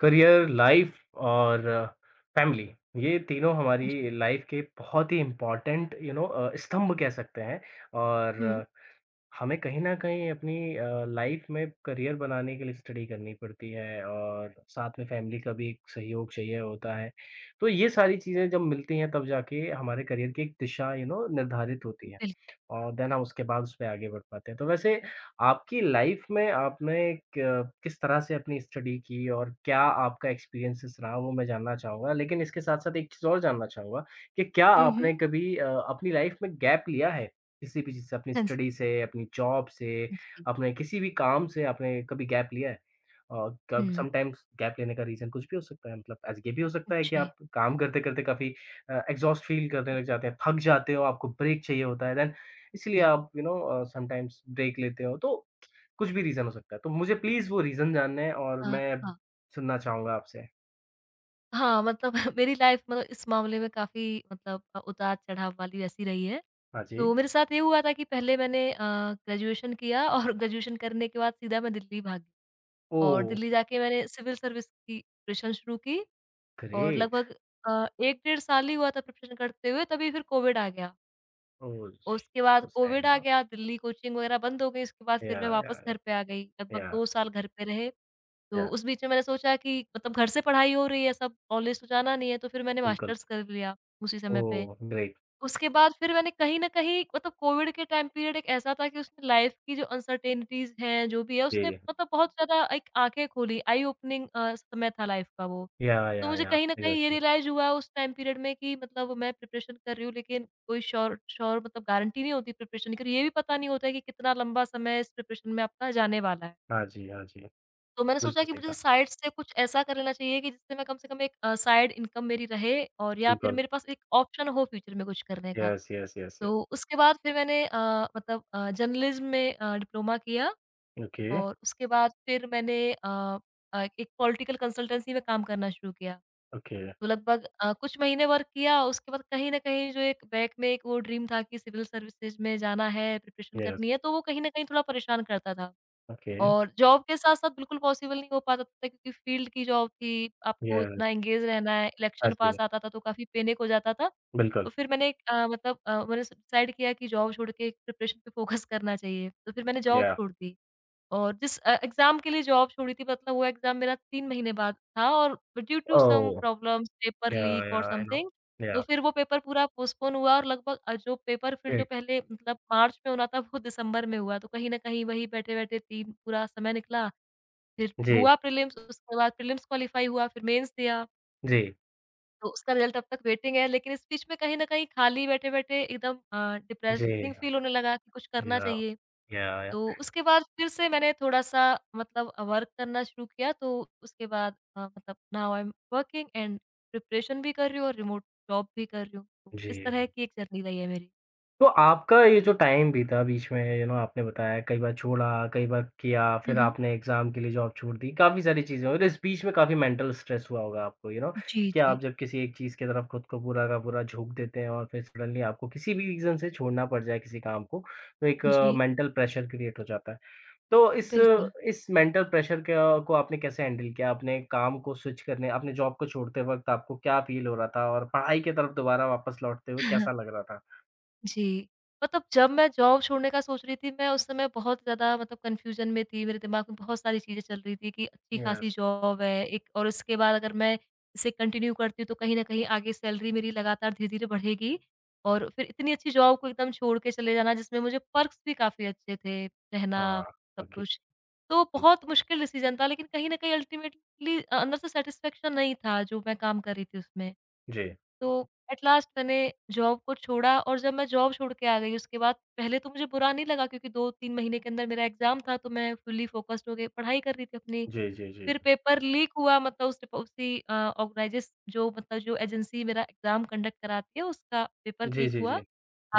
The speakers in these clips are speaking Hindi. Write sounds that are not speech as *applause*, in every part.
करियर, लाइफ और फैमिली, ये तीनों हमारी लाइफ के बहुत ही इम्पोर्टेंट स्तंभ कह सकते हैं हुँ। और हमें कहीं न कहीं अपनी लाइफ़ में करियर बनाने के लिए स्टडी करनी पड़ती है और साथ में फैमिली का भी एक सहयोग चाहिए होता है। तो ये सारी चीज़ें जब मिलती हैं तब जाके हमारे करियर की एक दिशा यू नो निर्धारित होती है बिल और देन हम उसके बाद उसमें आगे बढ़ पाते हैं। तो वैसे आपकी लाइफ़ में आपने क किस तरह से अपनी स्टडी की और क्या आपका एक्सपीरियंसेस रहा वो मैं जानना चाहूँगा। लेकिन इसके साथ-साथ एक चीज़ और जानना चाहूँगा कि क्या हुँ, हुँ। आपने कभी अपनी लाइफ़ में गैप लिया है? किसी भी चीज़ से, अपनी हाँ जी। स्टडी से, अपनी जॉब से, जी। अपने किसी भी काम से आपने कभी गैप लिया है? और कब हुँ। समटाइम्स गैप लेने का रीज़न कुछ भी हो सकता है मतलब एज़ ये भी हो सकता है कि जी, आप काम करते-करते काफ़ी एग्ज़ॉस्ट फ़ील करने लग जाते हैं, थक जाते हो, आपको ब्रेक चाहिए होता है देन इसलिए जी। आप समटाइम्स ब्रेक लेते हो, तो कुछ भी रीज़न हो सकता है। तो मुझे प्लीज़ वो रीज़न जानना है और अ, मैं हाँ। सुनना चाहूँगा आपसे। हाँ, मतलब *laughs* मेरी लाइफ़ मतलब इस मामले में काफ़ी मतलब उतार-चढ़ाव वाली ऐसी रही है। हाँ जी। तो मेरे साथ ये हुआ था कि पहले मैंने ग्रेजुएशन किया *laughs* और ग्रेजुएशन करने के बाद सीधा मैं दिल्ली भागी, और ओह! दिल्ली जाके मैंने सिविल सर्विस की प्रिपरेशन शुरू की। और ग्रेट! लगभग 1 डेढ़ साल ही हुआ था प्रिपरेशन करते हुए, तभी फिर कोविड आ गया। ओह! श उसके बाद सो कोविड सैड। आ हाँ। गया, दिल्ली कोचिंग वगैरह बंद हो गई, उसके बाद या, फिर मैं या, वापस या, घर पे आ गई, लगभग या, 2 साल घर पे रहे। तो या, उस बीच में मैंने सोचा कि मतलब घर से पढ़ाई हो रही है, सब कॉलेज तो जाना नहीं है, तो फिर मैंने बिल्कुल। मास्टर्स कर लिया उसी समय पे। ओह! ग्रेट। उसके बाद फिर मैंने कहीं न कहीं मतलब कोविड के टाइम पीरियड एक ऐसा था कि उसने लाइफ़ की जो अनसर्टेनिटीज़ हैं, जो भी है, उसने जी। मतलब बहुत ज़्यादा एक आँखें खोली, आई ओपनिंग समय था लाइफ़ का वो। तो मुझे या, कहीं न कहीं ये एग्ज़ैक्टली। रियलाइज़ हुआ उस टाइम पीरियड में कि मतलब मैं प्रिपरेशन कर रही हूँ, लेकिन कोई श्योर श्योर मतलब गारंटी नहीं होती प्रिपरेशन की, और ये भी पता नहीं होता है कि कितना लंबा समय इस प्रिपरेशन में आपका जाने वाला है। हाँ जी, हाँ जी। तो मैंने सोचा बिल्कुल कि सही मुझे कहा। साइड से कुछ ऐसा कर लेना चाहिए कि जिससे मैं कम से कम एक साइड इनकम मेरी रहे, और या फिर बिल्कुल। मेरे पास एक ऑप्शन हो फ्यूचर में कुछ करने का। Yes, yes, yes, yes. तो उसके बाद फिर मैंने मतलब जर्नलिज़्म में डिप्लोमा किया, ओके, और उसके बाद फिर मैंने एक पॉलिटिकल कंसल्टेंसी में काम करना शुरू किया। ओके, तो लगभग कुछ महीने वर्क किया, उसके बाद कहीं न कहीं जो एक बैक में एक वो ड्रीम था कि सिविल सर्विसेज़ में जाना है, प्रिपरेशन यस, करनी है, तो वो कहीं न कहीं थोड़ा परेशान करता था। ओके, और जॉब के साथ-साथ बिल्कुल पॉसिबल नहीं हो पाता था, क्योंकि फ़ील्ड की जॉब थी, आपको यस। इतना एंगेज रहना है, हाँ इलेक्शन जी, पास आता था तो काफ़ी पैनिक हो जाता था। बिल्कुल। तो फिर मैंने एक मतलब मैंने डिसाइड किया कि जॉब छोड़ के प्रिपरेशन पे फ़ोकस करना चाहिए, तो फिर मैंने जॉब या। छोड़ दी। और जिस एग्ज़ाम के लिए जॉब छोड़ी थी मतलब वो एग्ज़ाम मेरा 3 महीने बाद था, और due to some oh! Problems, paper या, लीक या, और आई नो। समथिंग, तो या, फिर वो पेपर पूरा पोस्टपोन हुआ और लगभग जो पेपर फिर जो ग्रेट। पहले मतलब मार्च में होना था वो दिसंबर में हुआ। तो कहीं न कहीं वही बैठे-बैठे 3 पूरा समय निकला। फिर जी, हुआ प्रीलिम्स, उसके बाद प्रीलिम्स क्वालीफाई हुआ, फिर मेंस दिया। जी, तो उसका रिज़ल्ट अब तक वेटिंग है, लेकिन इस बीच में कहीं न कहीं खाली बैठे-बैठे एकदम जी, डिप्रेसिंग फ़ील होने लगा कि कुछ करना या, चाहिए। या, या। तो उसके बाद फिर से मैंने थोड़ा-सा मतलब वर्क करना शुरू किया, तो उसके बाद मतलब now I am working and preparation भी कर रही हूँ और रिमोट जॉब भी कर रही हूँ। तो जी। इस तरह की एक जर्नी रही है मेरी। तो आपका ये जो टाइम बीता बीच में यू नो आपने बताया कई बार छोड़ा, कई बार किया, हुँ, फिर हुँ। आपने एग्ज़ाम के लिए जॉब छोड़ दी, काफ़ी सारी चीज़ें और इस बीच में काफ़ी मेंटल स्ट्रेस हुआ होगा आपको यू नो कि जी, क्या आप जी। जब किसी एक चीज़ की तरफ खुद को पूरा का पूरा झोंक देते हैं और फिर सडनली आपको किसी भी रीज़न से छोड़ना पड़ जाए किसी काम को, तो एक जी। मेंटल प्रेशर क्रिएट हो जाता है। तो इस बिल्कुल। इस मेंटल प्रेशर का को आपने कैसे हैंडल किया? आपने काम को स्विच करने आपने जॉब को छोड़ते वक़्त आपको क्या फ़ील हो रहा था और पढ़ाई की तरफ दोबारा वापस लौटते हुए *laughs* कैसा लग रहा था? जी। मतलब जब मैं जॉब छोड़ने का सोच रही थी, मैं उस समय बहुत ज़्यादा मतलब कन्फ्यूज़न में थी, मेरे दिमाग में बहुत सारी चीज़ें चल रही थी कि अच्छी-खासी यस। जॉब है एक, और इसके बाद अगर मैं इसे कंटिन्यू करती हूँ, तो कहीं न कहीं आगे सैलरी मेरी लगातार धीरे-धीरे बढ़ेगी। और फिर इतनी अच्छी जॉब को एकदम छोड़ के चले जाना, जिसमें मुझे पर्क्स भी काफ़ी अच्छे थे, रहना, हाँ, सब ओके, कुछ। तो जी। बहुत मुश्किल डिसीज़न था, लेकिन कहीं न कहीं अल्टीमेटली अंदर से सैटिस्फैक्शन नहीं था, जो मैं काम कर रही थी उसमें। जी। तो एट लास्ट मैंने जॉब को छोड़ा, और जब मैं जॉब छोड़ के आ गई उसके बाद पहले तो मुझे बुरा नहीं लगा, क्योंकि 2-3 महीने के अंदर मेरा एग्ज़ाम था, तो मैं फुल्ली फ़ोकस्ड हो के पढ़ाई कर रही थी अपनी। जी, जी, जी। फिर पेपर लीक हुआ, मतलब उस उसी ऑर्गनाइजेस जो मतलब जो एजेंसी मेरा एग्ज़ाम कंडक्ट कराती है उसका पेपर जी, लीक जी, हुआ, जी।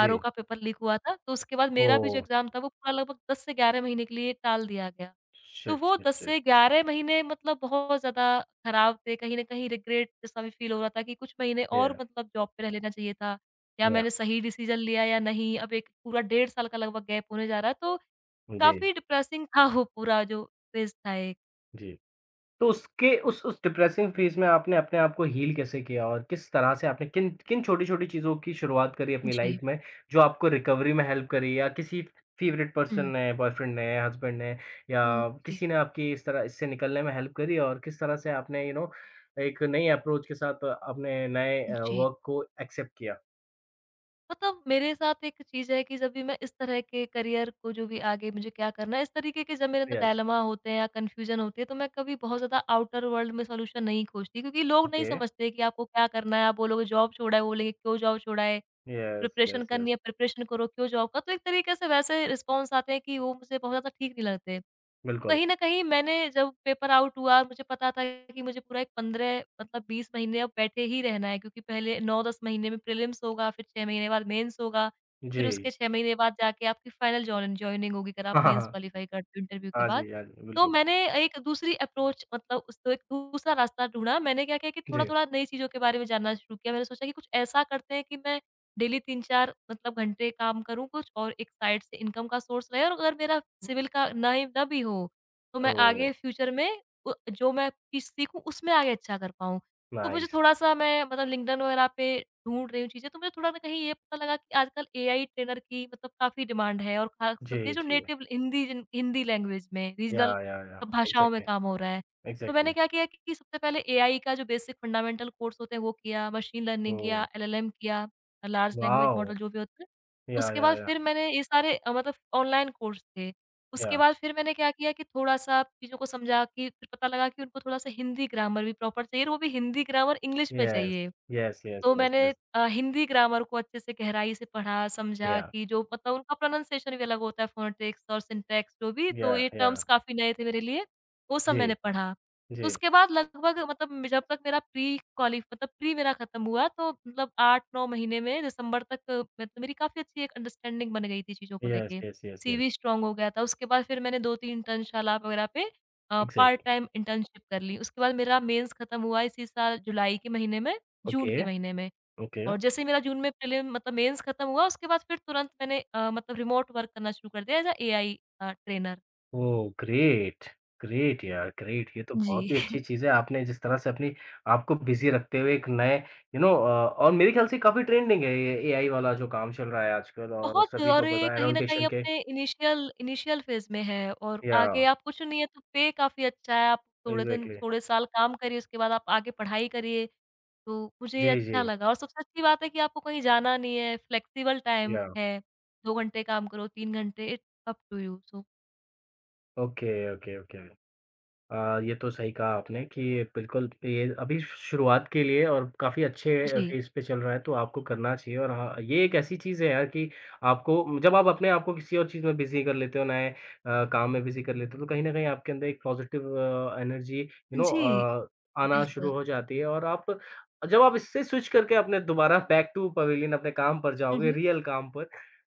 जी। का पेपर लीक हुआ था। तो उसके बाद मेरा भी जो ओह! एग्ज़ाम था वो पूरा लगभग 10 से 11 महीने के लिए टाल दिया गया। तो शिट, वो शिट, 10 शिट। से 11 महीने मतलब बहुत ज़्यादा खराब थे, कहीं न कहीं रिग्रेट जैसा भी फ़ील हो रहा था कि कुछ महीने या, और मतलब जॉब पे रह लेना चाहिए था, या या। मैंने सही डिसीज़न लिया या नहीं, अब एक पूरा डेढ़ साल का लगभग गैप होने जा रहा है, तो जी, काफ़ी डिप्रेसिंग था वो पूरा जो फेज़ था एक। जी। तो उसके उस डिप्रेसिंग फेज़ में आपने अपने आप को हील कैसे किया और किस तरह से आपने किन किन छोटी-छोटी चीज़ों की शुरुआत करी अपनी लाइफ़ जी। में, जो आपको रिकवरी में हेल्प करी या किसी फ़ेवरेट पर्सन हुँ। ने, बॉयफ्रेंड ने, हस्बैंड ने हुँ। या जी, किसी ने आपकी इस तरह इससे निकलने में हेल्प करी और किस तरह से आपने यू नो एक नई अप्रोच के साथ अपने नए जी। वर्क को एक्सेप्ट किया? मतलब मेरे साथ एक चीज़ है कि जब भी मैं इस तरह के करियर को, जो भी आगे मुझे क्या करना है, इस तरीके के जब मेरे अंदर यस। डायलेमा होते हैं या कन्फ्यूज़न होती है, तो मैं कभी बहुत ज़्यादा आउटर वर्ल्ड में सॉल्यूशन नहीं खोजती, क्योंकि लोग नहीं ओके, समझते कि आपको क्या करना है। आप बोलोगे जॉब छोड़ा है, वो बोलेंगे क्यों जॉब छोड़ा है? यस, प्रिपरेशन यस, करनी यस, है, प्रिपरेशन करो, क्यों जॉब का? तो एक तरीके से वैसे रिस्पॉन्स आते हैं कि वो मुझे बहुत ज़्यादा ठीक नहीं लगते। तो बिल्कुल, कहीं न कहीं मैंने जब पेपर आउट हुआ, मुझे पता था कि मुझे पूरा एक 15 मतलब 20 महीने अब बैठे ही रहना है, क्योंकि पहले 9-10 महीने में प्रीलिम्स होगा, फिर 6 महीने बाद मेंस होगा, जी। फिर उसके 6 महीने बाद जाके आपकी फाइनल जॉइनिंग होगी अगर *laughs* आप हाँ, हाँ, मेंस हाँ। क्वालीफाई करते हो इंटरव्यू के हाँ बाद। जी, हाँ जी, तो बिल्कुल। मैंने एक दूसरी अप्रोच मतलब उसको एक दूसरा रास्ता ढूँढा। मैंने क्या किया कि जी। थोड़ा-थोड़ा नई चीज़ों के बारे में जानना शुरू किया। मैंने सोचा कि कुछ ऐसा करते हैं कि मैं डेली 3-4 मतलब घंटे काम करूँ कुछ, और एक साइड से इनकम का सोर्स रहे, और अगर मेरा सिविल का ना ही ना भी हो तो मैं ओह! आगे फ्यूचर में उ जो मैं चीज़ सीखूँ उसमें आगे अच्छा कर पाऊँ। तो मुझे नाइस, थोड़ा-सा मैं मतलब लिंक्डइन वगैरह पे ढूँढ रही हूँ चीज़ें, तो मुझे थोड़ा ना कहीं ये पता लगा कि आजकल एआई ट्रेनर की मतलब काफ़ी डिमांड है, और ख़ास जी, करके जो जी, नेटिव हिंदी जिन हिंदी लैंग्वेज में रीजनल याह, याह, याह, भाषाओं में एग्ज़ैक्टली, काम हो रहा है। तो एग्ज़ैक्टली, मैंने क्या किया कि सबसे पहले एआई का जो बेसिक फंडामेंटल कोर्स होते हैं वो किया, मशीन लर्निंग ओह, किया, एलएलएम किया, लार्ज लैंग्वेज वाओ! मॉडल जो भी होते हैं। याह, उसके याह, बाद याह, फिर मैंने ये सारे मतलब ऑनलाइन कोर्स थे। उसके याह, बाद फिर मैंने क्या किया कि थोड़ा-सा चीज़ों को समझा, कि फिर पता लगा कि उनको थोड़ा-सा हिंदी ग्रामर भी प्रॉपर चाहिए और वो भी हिंदी ग्रामर इंग्लिश में यस, चाहिए। यस, यस, तो यस, मैंने यस, हिंदी ग्रामर को अच्छे से गहराई से पढ़ा, समझा याह, कि जो मतलब उनका प्रोनंसिएशन भी अलग होता है, फ़ोनेटिक्स और सिंटैक्स जो भी, तो याह, ये याह, टर्म्स काफ़ी नए थे मेरे लिए, वो सब जी, मैंने पढ़ा। तो जी, उसके बाद लगभग मतलब म जब तक मेरा प्री क्वालि मतलब प्री मेरा खत्म हुआ तो मतलब 8-9 महीने में दिसंबर तक मतलब मेरी काफ़ी अच्छी एक अंडरस्टैंडिंग बन गई थी चीज़ों को यस, लेके। Yes, yes, yes, CV strong हो गया था, उसके बाद फिर मैंने 2-3 इंटर्नशाला वगैरह पे पार्ट एग्ज़ैक्टली, टाइम इंटर्नशिप कर ली। उसके बाद मेरा मेंस खत्म हुआ इसी साल जुलाई के महीने में, ओके, जून के महीने में। ओके। और जैसे ही मेरा जून में प्रीलिम मतलब मेंस खत्म हुआ उसके बाद फिर तुरंत मैंने मतलब रिमोट वर्क करना शुरू कर दिया as a AI trainer. Oh! Great, great यार, ग्रेट! ये तो जी। बहुत ही अच्छी *laughs* चीज़ है, आपने जिस तरह से अपनी आपको बिज़ी रखते हुए एक नए यू नो अ, और मेरे ख़्याल से काफ़ी ट्रेंडिंग है ये एआई वाला जो काम चल रहा है आजकल और बहुत, सभी को और ये पता है कहीं न कहीं एनोटेशन के अपने इनिशियल इनिशियल फेज़ में है और या, आगे आप कुछ नहीं है तो पे काफ़ी अच्छा है, आप थोड़े दिन एग्ज़ैक्टली थोड़े साल काम करिए उसके बाद आप आगे पढ़ाई करिए, तो मुझे ये जी, जी। अच्छा लगा। और सबसे अच्छी बात है कि आपको कहीं जाना नहीं है, फ्लेक्सिबल टाइम या, है, 2 घंटे काम करो, 3 घंटे, it's up to you so. Okay, okay, okay. ये तो सही कहा आपने कि बिल्कुल ये अभी शुरुआत के लिए और काफ़ी अच्छे जी। फ़ेज़ पे चल रहा है तो आपको करना चाहिए और हाँ, ये एक ऐसी चीज़ है यार कि आपको जब आप अपने आप को किसी और चीज़ में बिज़ी कर लेते हो, नए काम में बिज़ी कर लेते हो तो कहीं न कहीं आपके अंदर एक पॉज़िटिव एनर्जी जी। आना शुरू बिल्कुल। हो जाती है और आप जब आप इससे स्विच करके अपने दोबारा बैक टू पवेलियन अपने काम पर हुँ, जाओगे, हुँ। रियल काम पर,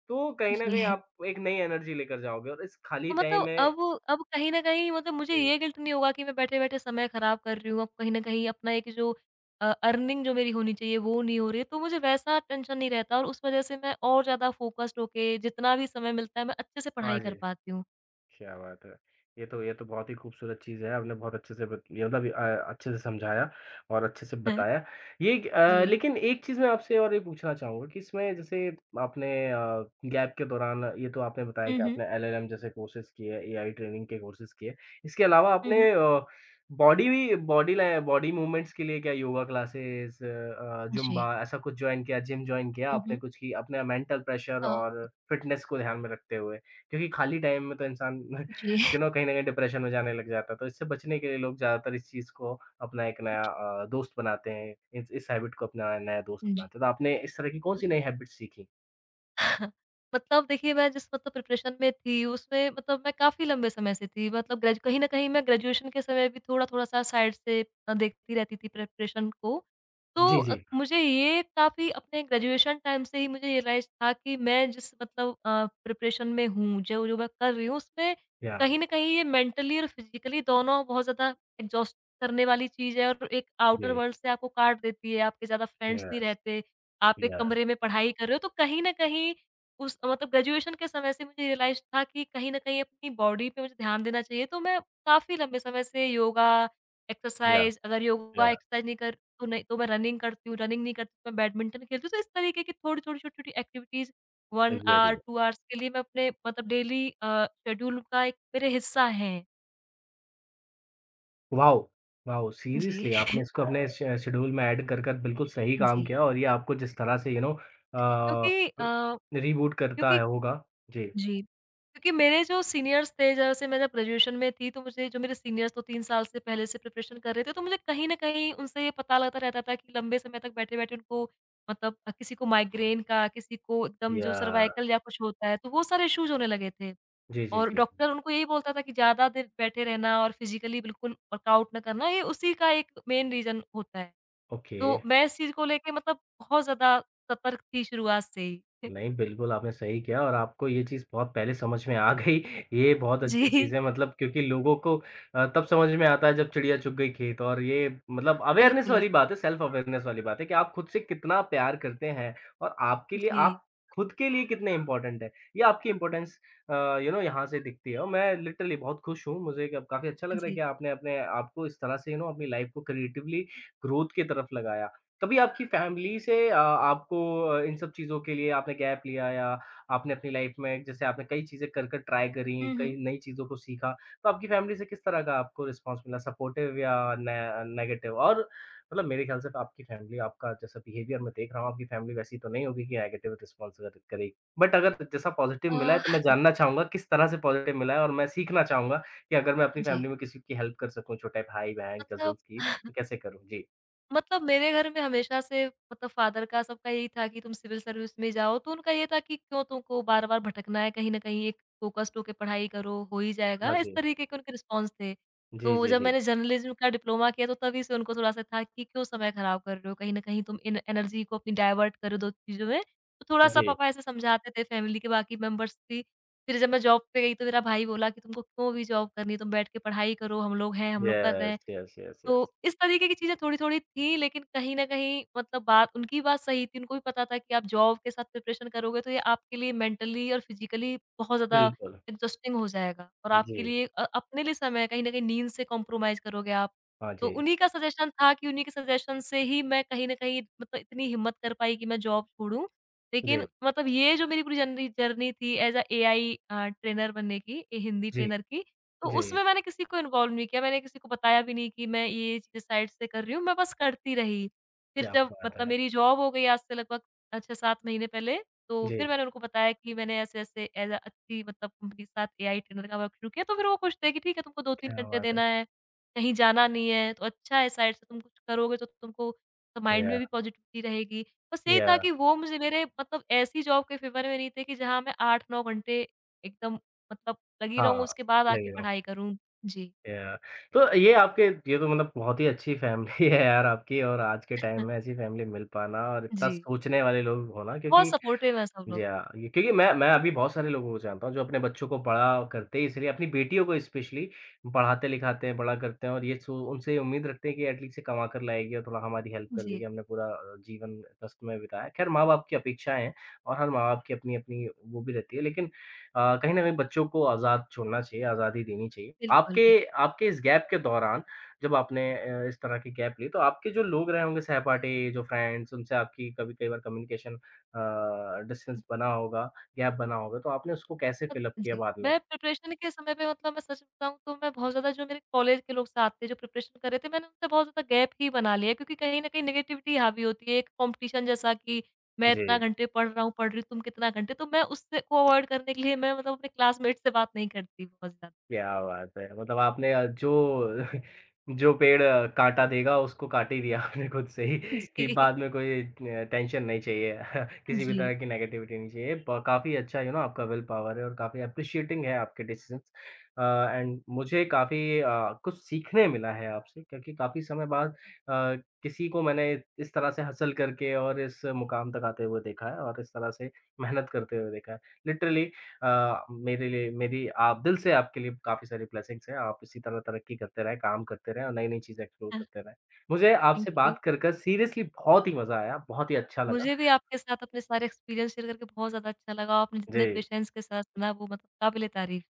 तो कहीं न कहीं जी। आप एक नई एनर्जी लेकर जाओगे और इस खाली तो टाइम मतलब में अब कहीं न कहीं मतलब मुझे जी, ये गिल्ट नहीं होगा कि मैं बैठे-बैठे समय ख़राब कर रही हूँ। अब कहीं न कहीं अपना एक जो अर्निंग जो मेरी होनी चाहिए वो नहीं हो रही है, तो मुझे वैसा टेंशन नहीं रहता, और उस वज़ह से मैं और ज़्यादा फ़ोकस्ड होके जितना भी समय मिलता है मैं अच्छे से हाँ पढ़ाई कर जी। पाती हूँ। क्या बात है! ये तो बहुत ही खूबसूरत चीज़ है, आपने बहुत अच्छे से बत ये मतलब अच्छे से समझाया और अच्छे से हैं? बताया। जी। लेकिन एक चीज़ मैं आपसे और ये पूछना चाहूँगा कि इसमें जैसे आपने गैप के दौरान ये तो आपने बताया हुँ, कि हुँ। आपने एलएलएम जैसे कोर्सेज़ किए, एआई ट्रेनिंग के कोर्सेज़ किए। इसके अलावा हुँ, आपने हुँ। बॉडी भी बॉडी लैं बॉडी मूवमेंट्स के लिए क्या योगा क्लासेस जुम्बा जी। ऐसा कुछ जॉइन किया, जिम जॉइन किया हुँ, आपने हुँ। कुछ की अपने मेंटल प्रेशर अ, और फिटनेस को ध्यान में रखते हुए? क्योंकि खाली टाइम में तो इंसान *laughs* जी। यू नो कहीं न कहीं डिप्रेशन में जाने लग जाता है, तो इससे बचने के लिए लोग ज़्यादातर इस चीज़ को अपना एक नया *laughs* दोस्त बनाते हैं, इस हैबिट को अपना नया दोस्त जी। बनाते हैं। तो आपने इस तरह की कौन-सी नई हैबिट सीखी? *laughs* मतलब देखिए मैं जिस मतलब प्रिपरेशन में थी उसमें मतलब मैं काफ़ी लंबे समय से थी मतलब ग्रेजु कहीं न कहीं मैं ग्रेजुएशन के समय भी थोड़ा-थोड़ा सा साइड से देखती रहती थी प्रिपरेशन को। तो जी, जी। मुझे ये काफ़ी अपने ग्रेजुएशन टाइम से ही मुझे रियलाइज़ था कि मैं जिस मतलब प्रिपरेशन में हूँ, जो जो मैं कर रही हूँ उसमें या, कहीं न कहीं ये मेंटली और फिज़िकली दोनों बहुत ज़्यादा एग्ज़ॉस्ट करने वाली चीज़ है और एक आउटर जी, वर्ल्ड से आपको काट देती है, आपके ज़्यादा फ्रेंड्स नहीं यस, रहते। आप एक यस, कमरे में पढ़ाई कर रहे हो, तो कहीं न कहीं उस मतलब ग्रेजुएशन के समय से मुझे रियलाइज़ था कि कहीं न कहीं अपनी बॉडी पे मुझे ध्यान देना चाहिए, तो मैं काफ़ी लंबे समय से योगा, या, एक्सरसाइज़ अगर या, योगा एक्सरसाइज़ नहीं कर तो नहीं तो मैं रनिंग करती हूँ, रनिंग नहीं करती तो मैं बैडमिंटन खेलती हूँ, तो इस तरीके की थोड़ी-थोड़ी, छोटी-छोटी एक्टिविटीज़ 1 आवर, एग्ज़ैक्टली। 2 आवर्स के लिए मैं अपने मतलब डेली शेड्यूल का एक मेरे हिस्सा हैं। वाओ! वाओ! जी। सीरियसली आपने *laughs* इसको अपने श शेड्यूल में ऐड कर, बिल्कुल सही काम जी। किया और ये आपको जिस तरह से अ, क्योंकि अ, रीबूट करता क्योंकि है होगा। जी, जी। क्योंकि मेरे जो सीनियर्स थे जैसे मैं जब ग्रेजुएशन में थी तो मुझे जो मेरे सीनियर्स तो 3 साल से पहले से प्रिपरेशन कर रहे थे तो मुझे कहीं न कहीं उनसे ये पता लगता रहता था कि लंबे समय तक बैठे-बैठे उनको मतलब किसी को माइग्रेन का, किसी को एकदम जो या सर्वाइकल या कुछ होता है तो वो सारे इश्यूज़ होने लगे थे। जी, जी, और जी। डॉक्टर उनको यही बोलता था कि ज़्यादा देर बैठे रहना और फिज़िकली बिल्कुल वर्कआउट ना करना ये उसी का एक मेन रीज़न होता है। ओके। तो मैं इस चीज़ को लेके मतलब बहुत ज़्यादा सतर्क थी शुरुआत से ही। *laughs* नहीं, बिल्कुल आपने सही किया और आपको ये चीज़ बहुत पहले समझ में आ गई। ये बहुत अच्छी चीज़ जी। है मतलब क्योंकि लोगों को तब समझ में आता है जब चिड़िया चुग गई खेत और ये मतलब अवेयरनेस बिल्कुल, वाली बिल्कुल। बात है, सेल्फ अवेयरनेस वाली बात है कि आप खुद से कितना प्यार करते हैं और आपके लिए जी। आप खुद के लिए कितने इम्पोर्टेंट हैं। ये आपकी इम्पोर्टेंस अ, यू नो यहाँ से दिखती है और मैं लिटरली बहुत खुश हूँ। मुझे क काफ़ी अच्छा लग रहा है कि जी। आपने अपने आपको इस तरह से यू नो अपनी लाइफ़ को क्रिएटिवली ग्रोथ की तरफ लगाया। कभी आपकी फैमिली से आपको इन सब चीज़ों के लिए आपने गैप लिया या आपने अपनी लाइफ में जैसे आपने कई चीज़ें कर कर ट्राई करी, हुँ, हुँ। कई नई चीज़ों को सीखा, तो आपकी फैमिली से किस तरह का आपको रिस्पॉन्स मिला सपोर्टिव या ने नेगेटिव? और मतलब मेरे ख्याल से आपकी फैमिली आपका जैसा बिहेवियर मैं देख रहा हूँ, आपकी फैमिली वैसी तो नहीं होगी कि नेगेटिव रिस्पॉन्स अगर करेगी। बट अगर जैसा पॉजिटिव मिला है, अ, तो मैं जानना चाहूँगा किस तरह से पॉजिटिव मिला है और मैं सीखना चाहूँगा कि अगर मैं अपनी जी, फैमिली में किसी की हेल्प कर सकूँ, छोटे भाई-बहन, मतलब कज़िन्स की, *laughs* *laughs* तो कैसे करूँ? जी। मतलब मेरे घर में हमेशा से मतलब फ़ादर का सबका यही था कि तुम सिविल सर्विस में जाओ, तो उनका ये था कि क्यों तुमको बार-बार भटकना है, कहीं न कहीं एक फ़ोकस्ड होके पढ़ाई करो, हो ही हाँ जाएगा, इस जी। तरीके के उनके रिस्पॉन्स थे। जी, तो जी, जब जी। मैंने जर्नलिज़्म का डिप्लोमा किया, तो तभी से उनको थोड़ा-सा था कि क्यों समय ख़राब कर रहे हो, कहीं न कहीं तुम इन एनर्जी को अपनी डायवर्ट कर दो चीज़ों में। तो थोड़ा-सा जी। पापा ऐसे समझाते थे, फैमिली के बाकी मेंबर्स भी। फिर जब मैं जॉब पे गई, तो मेरा भाई बोला कि तुमको क्यों भी जॉब करनी, तुम बैठ के पढ़ाई करो, हम लोग हैं, हम लोग कर रहे यस, हैं। यस, यस, तो यस। इस तरीके की चीज़ें थोड़ी-थोड़ी थी लेकिन कहीं न कहीं मतलब बात उनकी बात सही थी, उनको भी पता था कि आप जॉब के साथ प्रिपरेशन करोगे तो ये आपके लिए मेंटली और फिज़िकली बहुत ज़्यादा बिल्कुल। एग्ज़ॉस्टिंग हो जाएगा और आपके जी। लिए अपने लिए समय कहीं न कहीं नींद से कॉम्प्रोमाइज़ करोगे आप। हाँ तो जी। उन्हीं का सजेशन था कि उन्हीं के सजेशन से ही मैं कहीं न कहीं मतलब इतनी हिम्मत कर पाई कि मैं जॉब छोड़ूँ। जी, लेकिन मतलब ये जो मेरी पूरी जर्नी जर्नी थी एज़ अ एआई ट्रेनर बनने की, ए हिंदी जी, ट्रेनर की, तो जी। उसमें मैंने किसी को इन्वॉल्व नहीं किया, मैंने किसी को बताया भी नहीं कि मैं ये चीज़ें साइड से कर रही हूँ, मैं बस करती रही। फिर क्या जब बात मतलब है! मेरी जॉब हो गई आज से लगभग 6-7 महीने पहले, तो जी, फिर मैंने उनको बताया कि मैंने ऐसे-ऐसे एज़ अ अच्छी मतलब कंपनी के साथ एआई ट्रेनर का वर्क शुरू किया, तो फिर वो खुश थे कि ठीक है तुमको 2-3 क्या घंटे बात है! देना है, कहीं जाना नहीं है, तो अच्छा है साइड से तुम कुछ करोगे तो तुमको तो माइंड में याह, भी पॉजिटिविटी रहेगी। बस यही था याह, कि वो मुझे मेरे मतलब ऐसी जॉब के फ़ेवर में नहीं थे कि जहाँ मैं 8-9 घंटे एकदम मतलब लगी रहूँ हाँ, उसके बाद आके लगी रहो। पढ़ाई करूँ। जी, याह, तो ये आपके ये तो मतलब बहुत ही अच्छी फैमिली *laughs* है यार आपकी और आज के टाइम में ऐसी फैमिली मिल पाना और इतना जी। सोचने वाले लोग होना बहुत क्योंकि सपोर्टिव है सब जी लोग। हाँ, ये क्योंकि मैं अभी बहुत सारे लोगों को जानता हूँ जो अपने बच्चों को बड़ा करते हैं इसलिए अपनी बेटियों को स्पेशली पढ़ाते लिखाते हैं, बड़ा करते हैं और ये सो उनसे ये उम्मीद रखते हैं कि एटलीस्ट ये कमा कर लाएगी और थोड़ा हमारी हेल्प कर देगी, जी, हमने पूरा जीवन कष्ट में बिताया। खैर माँ-बाप की अपेक्षाएँ हैं और हर माँ-बाप की अपनी-अपनी वो भी रहती है लेकिन कहीं न कहीं बच्चों को आज़ाद छोड़ना चाहिए, आज़ादी देनी चाहिए। बिल्कुल, आपके बिल्कुल। आपके इस गैप के दौरान जब आपने इस तरह की गैप ली तो आपके जो लोग रहे होंगे सहपाठी, जो फ्रेंड्स उनसे आपकी कभी कई बार कम्युनिकेशन डिस्टेंस बना होगा, गैप बना होगा, तो आपने उसको कैसे फिल अप मतलब किया जी, बाद में? मैं प्रिपरेशन के समय पे मतलब मैं सच बताऊँ तो मैं बहुत ज़्यादा जो मेरे कॉलेज के लोग साथ थे, जो प्रिपरेशन कर रहे थे, मैंने उनसे बहुत ज़्यादा गैप ही बना लिया क्योंकि कहीं न कहीं नेगेटिविटी हावी होती है, एक कॉम्पिटिशन जैसा कि मैं इतना जी। घंटे पढ़ रहा हूँ, पढ़ रही हूँ, तुम कितना घंटे तो मैं उससे को अवॉइड करने के लिए मैं मतलब अपने क्लासमेट से बात नहीं करती बहुत ज़्यादा। क्या बात है! मतलब आपने जो *laughs* जो पेड़ काँटा देगा उसको काट ही दिया *laughs* आपने खुद से ही कि जी। बाद में कोई टेंशन नहीं चाहिए *laughs* किसी भी जी। तरह की नेगेटिविटी नहीं चाहिए। ब काफ़ी अच्छा यू नो आपका विल पावर है और काफ़ी एप्रिशिएटिंग है आपके डिसीज़न्स अ, एंड मुझे काफ़ी कुछ सीखने मिला है आपसे क्योंकि काफ़ी समय बाद अ, किसी को मैंने इस तरह से हसल करके और इस मुकाम तक आते हुए देखा है और इस तरह से मेहनत करते हुए देखा है। लिटरली मेरे लिए मेरी आप दिल से आपके लिए काफ़ी सारी ब्लेसिंग्स हैं। आप इसी तरह तरक्की करते रहें, काम करते रहें और नई-नई चीज़ें एक्सप्लोर हाँ, करते रहें। मुझे थैंक आपसे यू। बात कर सीरियसली बहुत ही मज़ा आया, बहुत ही अच्छा लगा। मुझे भी आपके साथ अपने सारे एक्सपीरियंस शेयर करके बहुत ज़्यादा अच्छा लगा। आपने जी। जितने पेशेंस के साथ सुना वो मतलब काबिल-ए-तारीफ़